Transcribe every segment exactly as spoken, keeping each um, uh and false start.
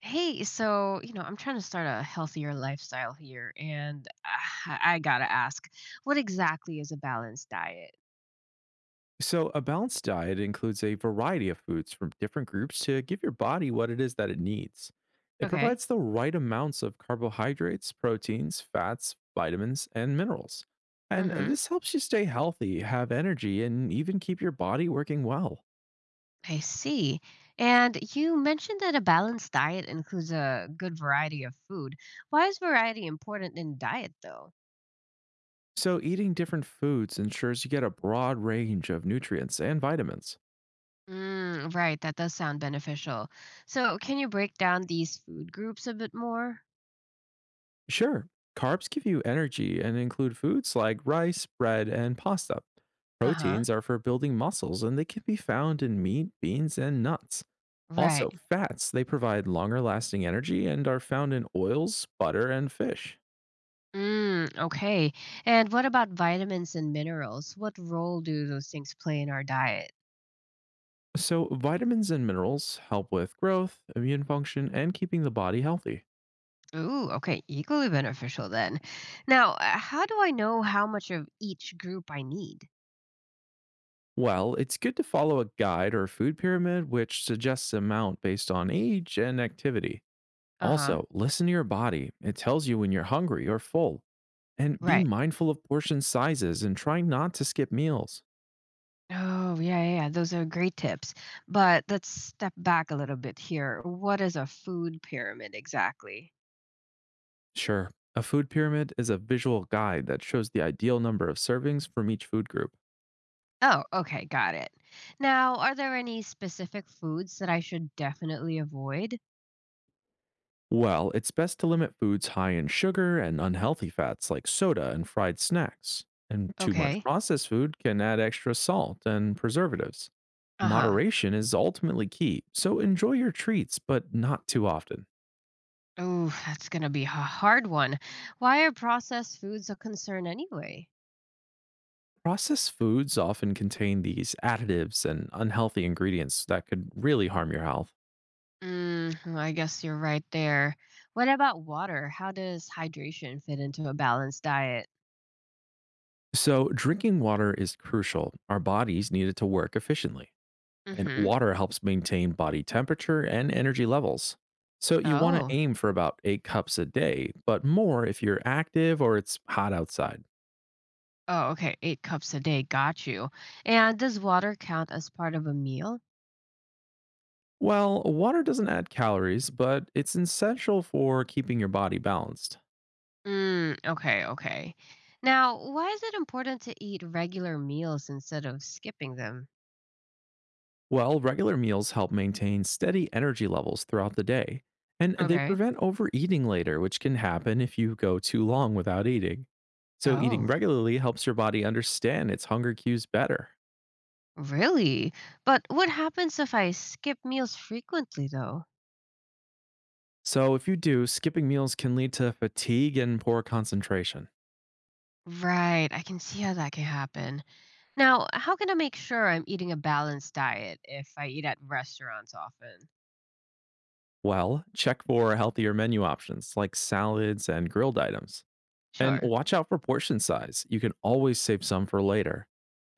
Hey, so, you know, I'm trying to start a healthier lifestyle here, and I, I gotta ask, what exactly is a balanced diet? So, a balanced diet includes a variety of foods from different groups to give your body what it is that it needs. It Okay. provides the right amounts of carbohydrates, proteins, fats, vitamins, and minerals. And Mm-hmm. this helps you stay healthy, have energy, and even keep your body working well. I see. And you mentioned that a balanced diet includes a good variety of food. Why is variety important in diet, though? So, eating different foods ensures you get a broad range of nutrients and vitamins. Mm, right. That does sound beneficial. So, can you break down these food groups a bit more? Sure, carbs give you energy and include foods like rice, bread, and pasta. Uh-huh. Proteins are for building muscles and they can be found in meat, beans, and nuts. Right. Also, fats, they provide longer lasting energy and are found in oils, butter, and fish. Mm, okay. And what about vitamins and minerals? What role do those things play in our diet? So, vitamins and minerals help with growth, immune function, and keeping the body healthy. Ooh, okay, equally beneficial then. Now, uh, how do I know how much of each group I need? Well, it's good to follow a guide or food pyramid which suggests amount based on age and activity. Uh huh. Also, listen to your body. It tells you when you're hungry or full. And be Right. mindful of portion sizes and try not to skip meals. Oh, yeah, yeah, yeah, those are great tips. But let's step back a little bit here. What is a food pyramid exactly? Sure, a food pyramid is a visual guide that shows the ideal number of servings from each food group. Oh, okay, got it. Now, are there any specific foods that I should definitely avoid? Well, it's best to limit foods high in sugar and unhealthy fats like soda and fried snacks. And too much Okay. processed food can add extra salt and preservatives. Uh huh. Moderation is ultimately key, so enjoy your treats, but not too often. Oh, that's going to be a hard one. Why are processed foods a concern anyway? Processed foods often contain these additives and unhealthy ingredients that could really harm your health. Mm, I guess you're right there. What about water? How does hydration fit into a balanced diet? So, drinking water is crucial. Our bodies need it to work efficiently, and Mm-hmm. water helps maintain body temperature and energy levels. So, you want to Oh. aim for about eight cups a day, but more if you're active or it's hot outside. Oh, okay. Eight cups a day. Got you. And does water count as part of a meal? Well, water doesn't add calories, but it's essential for keeping your body balanced. Mm, okay, okay. Now, why is it important to eat regular meals instead of skipping them? Well, regular meals help maintain steady energy levels throughout the day, and they Okay. prevent overeating later, which can happen if you go too long without eating. So, eating Oh. regularly helps your body understand its hunger cues better. Really? But what happens if I skip meals frequently, though? So, if you do, skipping meals can lead to fatigue and poor concentration. Right, I can see how that can happen. Now, how can I make sure I'm eating a balanced diet if I eat at restaurants often? Well, check for healthier menu options like salads and grilled items. And Sure. watch out for portion size. You can always save some for later.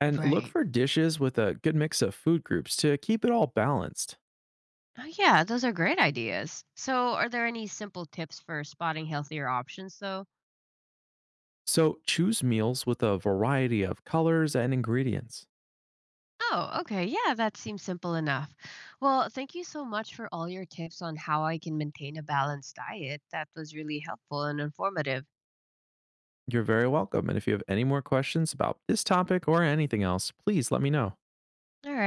And look Right. for dishes with a good mix of food groups to keep it all balanced. Oh, yeah, those are great ideas. So, are there any simple tips for spotting healthier options, though? So choose meals with a variety of colors and ingredients. Oh, okay. Yeah, that seems simple enough. Well, thank you so much for all your tips on how I can maintain a balanced diet. That was really helpful and informative. You're very welcome. And if you have any more questions about this topic or anything else, please let me know. All right.